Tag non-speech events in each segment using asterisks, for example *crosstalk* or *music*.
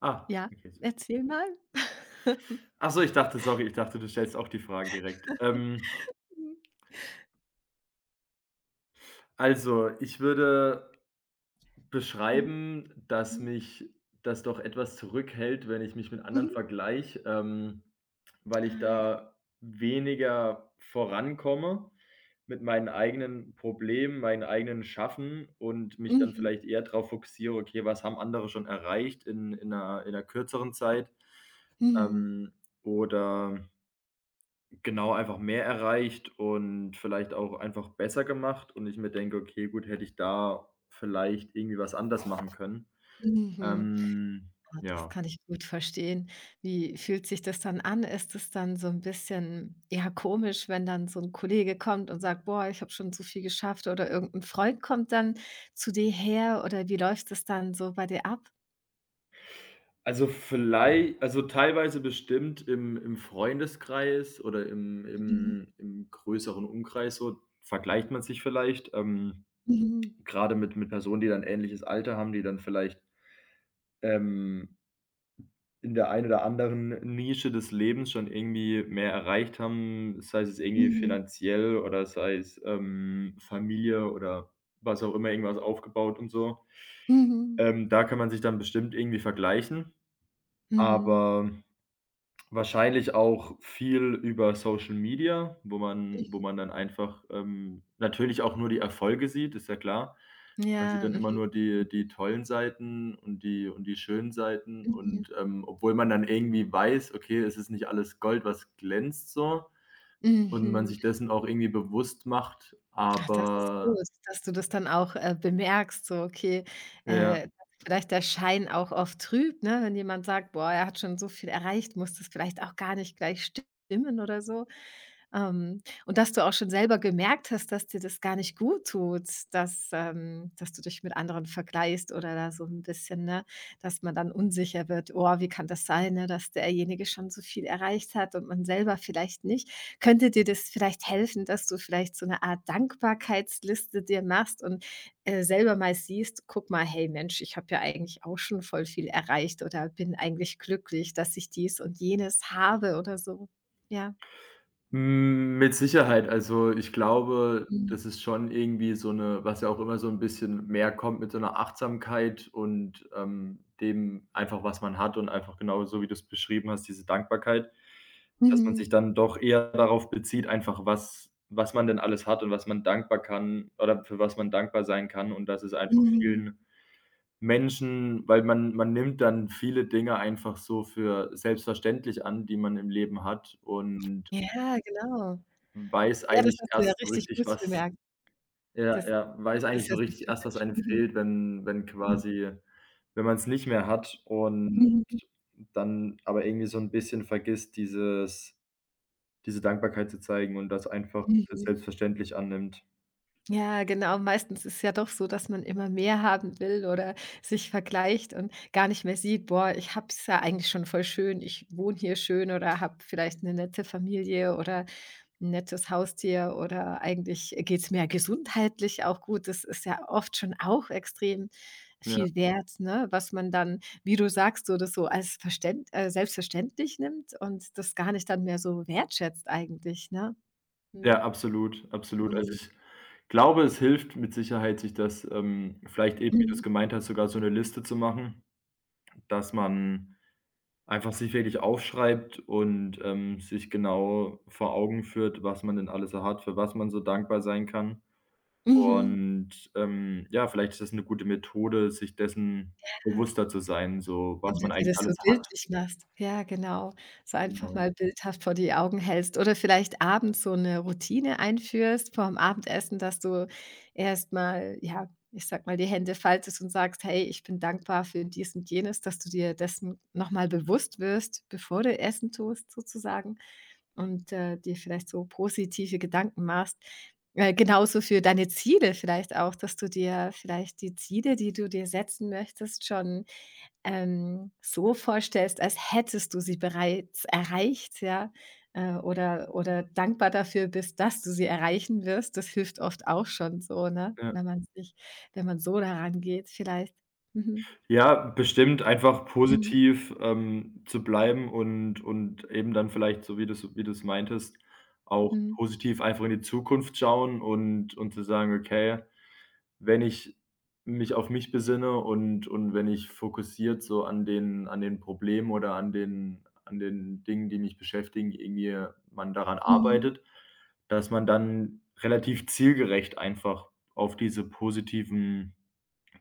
Ah, Ja, okay, super. erzähl mal. *laughs* Ach so, ich dachte sorry, ich dachte, du stellst auch die Frage direkt. Mhm, Also, ich würde mhm, beschreiben, dass mhm. mich das doch etwas zurückhält, wenn ich mich mit anderen Mhm. vergleiche, weil ich Ah ja. da weniger vorankomme mit meinen eigenen Problemen, meinen eigenen Schaffen und mich dann Mhm, vielleicht eher darauf fokussiere: „Okay, was haben andere schon erreicht in 'ner kürzeren Zeit?" mhm, Ähm, oder Genau, einfach mehr erreicht und vielleicht auch einfach besser gemacht und ich mir denke: „Okay, gut, hätte ich da vielleicht irgendwie was anders machen können." mhm. Ähm, Ah, das ja. kann ich gut verstehen. Wie fühlt sich das dann an? Ist es dann so ein bisschen, ja, komisch, wenn dann so ein Kollege kommt und sagt: „Boah, ich habe schon so viel geschafft“ oder irgendein Freund kommt dann zu dir her oder wie läuft es dann so bei dir ab? Also, vielleicht also, teilweise bestimmt im Freundeskreis oder im Mhm, im im größeren Umkreis so vergleicht man sich vielleicht, mhm, grade mit Personen, die dann ähnliches Alter haben, die dann vielleicht, ähm in der einen oder anderen Nische des Lebens schon irgendwie mehr erreicht haben, sei es jetzt irgendwie mhm, finanziell oder sei es, Familie oder was auch immer, irgendwas aufgebaut und so. mhm, Da kann man sich dann bestimmt irgendwie vergleichen, mhm, mhm. aber wahrscheinlich auch viel über Social Media, wo man dann einfach, natürlich auch nur die Erfolge sieht, ist ja klar. Man sieht Ja, dann mhm, immer nur die tollen Seiten und die schönen Seiten mhm, und, obwohl man dann irgendwie weiß, okay, es ist nicht alles Gold, was glänzt so, und man mhm. sich dessen auch irgendwie bewusst macht, Ach, das ist gut, aber dass du das dann auch, bemerkst, so, okay, ja. Dass vielleicht der Schein auch oft trügt, ne? Wenn jemand sagt: „Boah, er hat schon so viel erreicht“, muss das vielleicht auch gar nicht gleich stimmen oder so? Und dass du auch schon selber gemerkt hast, dass dir das gar nicht gut tut, dass dass du dich mit anderen vergleichst oder da so ein bisschen ne, dass man dann unsicher wird: „Oh, wie kann das sein, ne, dass derjenige schon so viel erreicht hat und man selber vielleicht nicht?“ Könnte dir das vielleicht helfen, dass du vielleicht so eine Art Dankbarkeitsliste dir machst und, selber mal siehst: „Guck mal, hey Mensch, ich habe ja eigentlich auch schon voll viel erreicht oder bin eigentlich glücklich, dass ich dies und jenes habe“ oder so? Ja. Hm, mit Sicherheit. Also, ich glaube, Mhm. das ist schon irgendwie so eine, was ja auch immer so ein bisschen mehr kommt mit so einer Achtsamkeit und, dem einfach, was man hat und einfach genau so, wie du's beschrieben hast, diese Dankbarkeit, dass man sich Mhm, dann doch eher darauf bezieht, einfach was man denn alles hat und was man dankbar kann oder für was man dankbar sein kann und dass es einfach mhm. vielen Menschen, weil man nimmt dann viele Dinge einfach so für selbstverständlich an, die man im Leben hat und Ja, genau. weiß Ja, das eigentlich hast du ja erst so richtig richtig, gut was bemerkt. Das ja, ja, weiß ist eigentlich ja so so richtig erst, was typisch. einem Mhm. fehlt, wenn Mhm, quasi wenn man's nicht mehr hat und mhm, dann aber irgendwie so 'n bisschen vergisst, diese Dankbarkeit zu zeigen und das einfach für mhm. selbstverständlich annimmt. Ja, genau. Meistens ist ja doch so, dass man immer mehr haben will oder sich vergleicht und gar nicht mehr sieht: „Boah, ich habe es ja eigentlich schon voll schön. Ich wohne hier schön oder habe vielleicht eine nette Familie oder 'n nettes Haustier oder eigentlich geht's mir gesundheitlich auch gut. Das ist ja oft schon auch extrem Ja, viel wert, ne, was man dann, wie du sagst, so das so als verständ selbstverständlich nimmt und das gar nicht dann mehr so wertschätzt eigentlich, ne? Mhm. ja, absolut, absolut. Also, Mhm. ich glaube, es hilft mit Sicherheit, sich das, vielleicht eben, wie Mhm. du's gemeint hast, sogar so 'ne Liste zu machen, dass man einfach sich wirklich aufschreibt und, sich genau vor Augen führt, was man denn alles so hat, für was man so dankbar sein kann. Mhm. Und, ja, vielleicht ist das eine gute Methode, sich dessen Ja. bewusster zu sein, so Wenn was du man dir eigentlich das so alles hat, bildlich machst. Ja, genau. So einfach genau, ja. mal bildhaft vor die Augen hältst oder vielleicht abends so 'ne Routine einführst vorm Abendessen, dass du erst mal, ja, ich sage mal, die Hände faltest und sagst: „Hey, ich bin dankbar für dies und jenes“, dass du dir dessen noch mal bewusst wirst, bevor du Essen tust sozusagen und, dir vielleicht so positive Gedanken machst. Genauso für deine Ziele vielleicht auch, dass du dir vielleicht die Ziele, die du dir setzen möchtest, schon so vorstellst, als hättest du sie bereits erreicht, ja, oder dankbar dafür bist, dass du sie erreichen wirst. Das hilft oft auch schon so, ne, Ja, wenn man so daran geht vielleicht. Mhm. ja, bestimmt einfach Mhm. positiv, zu bleiben und eben dann vielleicht, so wie du's meintest, auch Mhm. positiv einfach in die Zukunft schauen und zu sagen: „Okay". Wenn ich mich auf mich besinne und wenn ich fokussiert so an den Problemen oder an den Dingen, die mich beschäftigen, irgendwie man daran Mhm. arbeitet, dass man dann relativ zielgerecht einfach auf diese positiven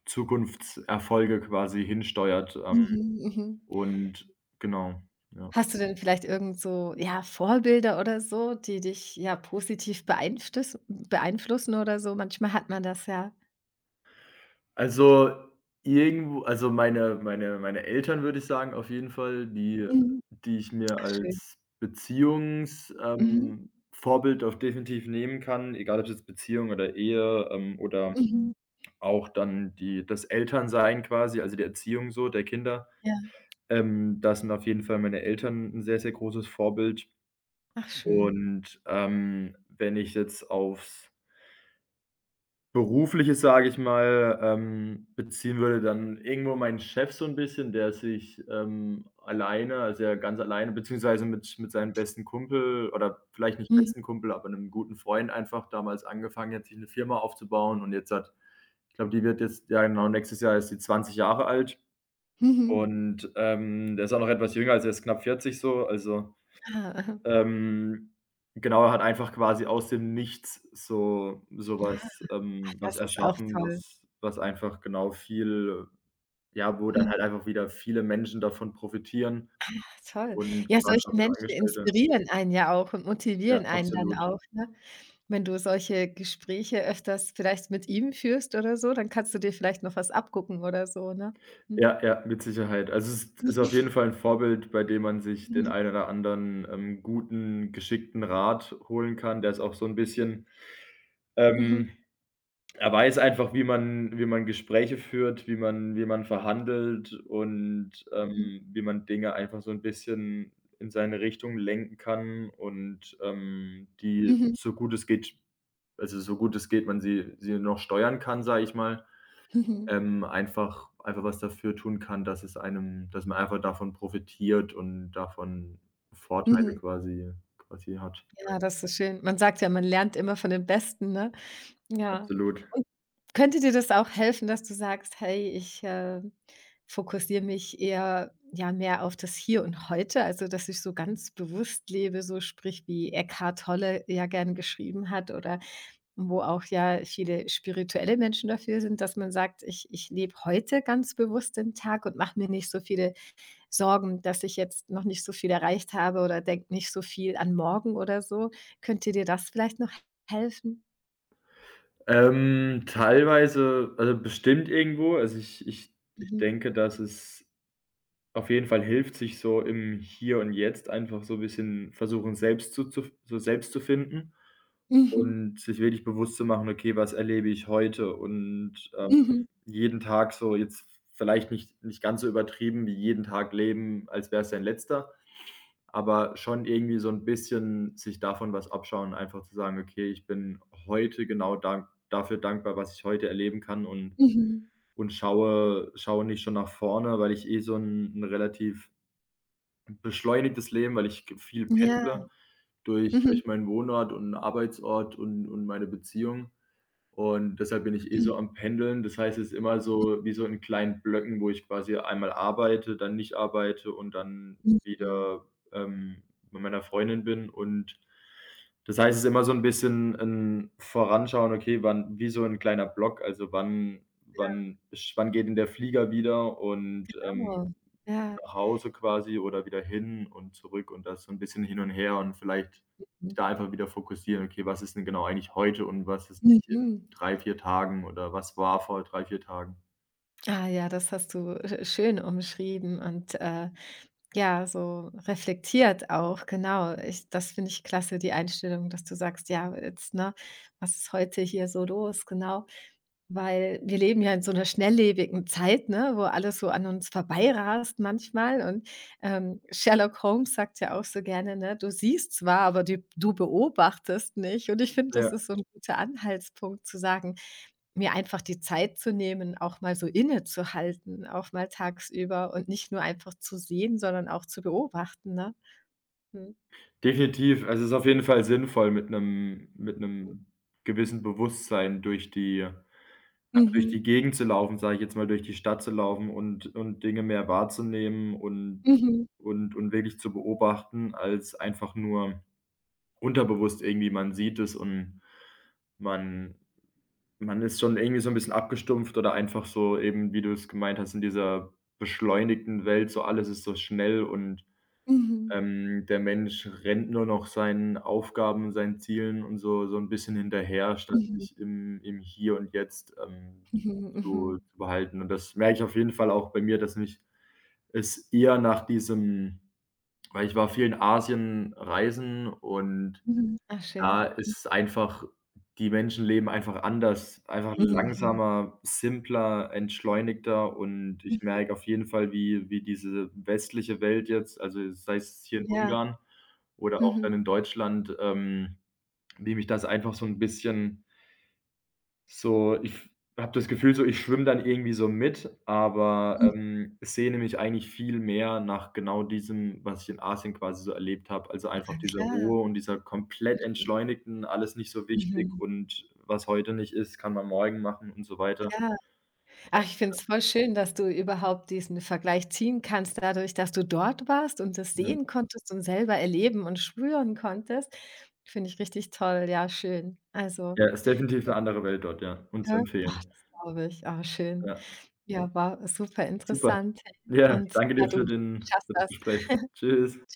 Zukunftserfolge quasi hinsteuert, Mhm. Mhm. und genau, ja. Hast du denn vielleicht irgend so, ja, Vorbilder oder so, die dich, ja, positiv beeinflussen oder so? Manchmal hat man das ja. Also, irgendwo also, meine Eltern, würde ich sagen, auf jeden Fall, die Mhm. die ich mir Ach schön. als Beziehungs Mhm. Vorbild auch definitiv nehmen kann, egal ob es jetzt Beziehung oder Ehe, oder Mhm. auch dann die das Elternsein quasi, also, die Erziehung so der Kinder. Ja. Da sind auf jeden Fall meine Eltern ein sehr, sehr großes Vorbild Ach schön. und, wenn ich jetzt aufs Berufliches, sage ich mal, beziehen würde, dann irgendwo meinen Chef so ein bisschen, der sich, alleine also, ja ganz alleine beziehungsweise mit seinem besten Kumpel oder vielleicht nicht Mhm. besten Kumpel, aber einem guten Freund einfach damals angefangen hat, sich eine Firma aufzubauen und jetzt hat ich glaube, die wird jetzt ja genau, nächstes Jahr ist die 20 Jahre alt Mhm. und, der ist auch noch etwas jünger, also, er ist knapp 40 so, also Ah, aha. ähm, genau, er hat einfach quasi aus dem Nichts so Ja, sowas was, ach, ähm was das ist auch erschaffen, toll. was einfach genau viel ja, wo dann Mhm. halt einfach wieder viele Menschen davon profitieren Ah, toll. und Ja, quasi solche auch wieder Menschen Angestellte. inspirieren einen ja auch und Ja, motivieren einen dann absolut. auch, ne? Wenn du solche Gespräche öfters vielleicht mit ihm führst oder so, dann kannst du dir vielleicht noch was abgucken oder so, ne? Mhm. Ja, ja, mit Sicherheit. Also, es ist Mhm, auf jeden Fall 'n Vorbild, bei dem man sich den mhm, ein oder anderen, guten, geschickten Rat holen kann, der es auch so 'n bisschen, Mhm. ähm Er weiß einfach, wie man Gespräche führt, wie man verhandelt und, mhm, wie man Dinge einfach so ein bisschen in seine Richtung lenken kann und, die mhm, so gut es geht, also, so gut es geht, man sie noch steuern kann, sage ich mal, mhm, einfach was dafür tun kann, dass es einem dass man einfach davon profitiert und davon mhm. Vorteile quasi hat. Ja, das ist schön. Man sagt ja, man lernt immer von den Besten, ne? Ja. Absolut. Und könnte dir das auch helfen, dass du sagst: „Hey, ich, fokussiere mich eher ja, mehr auf das Hier und Heute“, also, dass ich so ganz bewusst lebe, so sprich, wie Eckhart Tolle ja gern geschrieben hat oder wo auch ja viele spirituelle Menschen dafür sind, dass man sagt: „Ich lebe heute ganz bewusst den Tag und mache mir nicht so viele Sorgen, dass ich jetzt noch nicht so viel erreicht habe oder denke nicht so viel an morgen“ oder so. Könnte dir das vielleicht noch helfen? Teilweise, also bestimmt irgendwo. Also, ich Mhm. denke, dass es auf jeden Fall hilft, sich so im Hier und Jetzt einfach so 'n bisschen versuchen, selbst zu so selbst zu finden Mhm. und sich wirklich bewusst zu machen: „Okay, was erlebe ich heute?" Und, Mhm, jeden Tag so jetzt vielleicht nicht ganz so übertrieben wie jeden Tag leben, als wäre es dein letzter, aber schon irgendwie so 'n bisschen sich davon was abschauen, einfach zu sagen: „Okay, ich bin heute genau dank dafür dankbar, was ich heute erleben kann und mhm. und schaue nicht schon nach vorne", weil ich eh so 'n relativ beschleunigtes Leben, weil ich g viel Ja. pendle durch Mhm, durch meinen Wohnort und Arbeitsort und meine Beziehung. Und deshalb bin ich eh mhm, so am Pendeln. Das heißt, es ist immer so wie so in kleinen Blöcken, wo ich quasi einmal arbeite, dann nicht arbeite und dann mhm. wieder, ähm, bei meiner Freundin bin. Und das heißt, es ist immer so ein bisschen ein Voranschauen, okay, wann wie so ein kleiner Block, also wann wann geht denn der Flieger wieder und, Genau. Ja. nach Hause quasi oder wieder hin und zurück und das so 'n bisschen hin und her und vielleicht Mhm. da einfach wieder fokussieren: „Okay, was ist denn genau eigentlich heute und was ist nicht in Mhm. 3 4 Tagen oder was war vor 3 4 Tagen?" Ah ja, das hast du schön umschrieben und, ja, so reflektiert auch, genau. Ich das finde ich klasse, die Einstellung, dass du sagst: „Ja, jetzt, ne, was ist heute hier so los?“ Genau. Weil wir leben ja in so einer schnelllebigen Zeit, ne, wo alles so an uns vorbeirast manchmal und, Sherlock Holmes sagt ja auch so gerne, ne: „Du siehst zwar, aber du beobachtest nicht.“ Und ich finde, Ja, das ist so ein guter Anhaltspunkt zu sagen, mir einfach die Zeit zu nehmen, auch mal so innezuhalten, auch mal tagsüber und nicht nur einfach zu sehen, sondern auch zu beobachten, ne? Mhm. definitiv. Also, es ist auf jeden Fall sinnvoll mit 'nem gewissen Bewusstsein durch die einfach durch die Mhm. Gegend zu laufen, sage ich jetzt mal, durch die Stadt zu laufen und Dinge mehr wahrzunehmen und Mhm. und wirklich zu beobachten als einfach nur unterbewusst irgendwie man sieht es und Man man ist schon irgendwie so ein bisschen abgestumpft oder einfach so eben, wie du es gemeint hast, in dieser beschleunigten Welt, so alles ist so schnell und, Mhm. Der Mensch rennt nur noch seinen Aufgaben, seinen Zielen und so ein bisschen hinterher, statt Mhm. sich im Hier und Jetzt, Mhm. Mhm. zu Mhm. zu behalten. Und das merke ich auf jeden Fall auch bei mir, dass mich es eher nach diesem, weil ich war viel in Asien reisen und Mhm. Ah, schön. da ist einfach die Menschen leben einfach anders, einfach Mhm. Mhm. langsamer, simpler, entschleunigter und ich Mhm. merke auf jeden Fall, wie diese westliche Welt jetzt, also sei es hier in Ja. Ungarn oder auch Mhm. dann in Deutschland, wie mich das einfach so 'n bisschen so, ich habe das Gefühl so, ich schwimme dann irgendwie so mit, aber, Mhm, es sehne mich eigentlich viel mehr nach genau diesem, was ich in Asien quasi so erlebt habe. Also, einfach diese klar. Ruhe und dieser komplett entschleunigten, alles nicht so wichtig Mhm. und was heute nicht ist, kann man morgen machen und so weiter. Ja. Ach, ich finde es voll schön, dass du überhaupt diesen Vergleich ziehen kannst dadurch, dass du dort warst und das Ja. sehen konntest und selber erleben und spüren konntest. Finde ich richtig toll. Ja, schön. Also, Ja, ist definitiv eine andere Welt dort, ja, und zu ja, ach, empfehlen. das glaube ich. Ah, schön. Ja, Ja, war super super. interessant. Ja, Und danke ja, dir für du den schaffst für das das. Gespräch. Tschüss.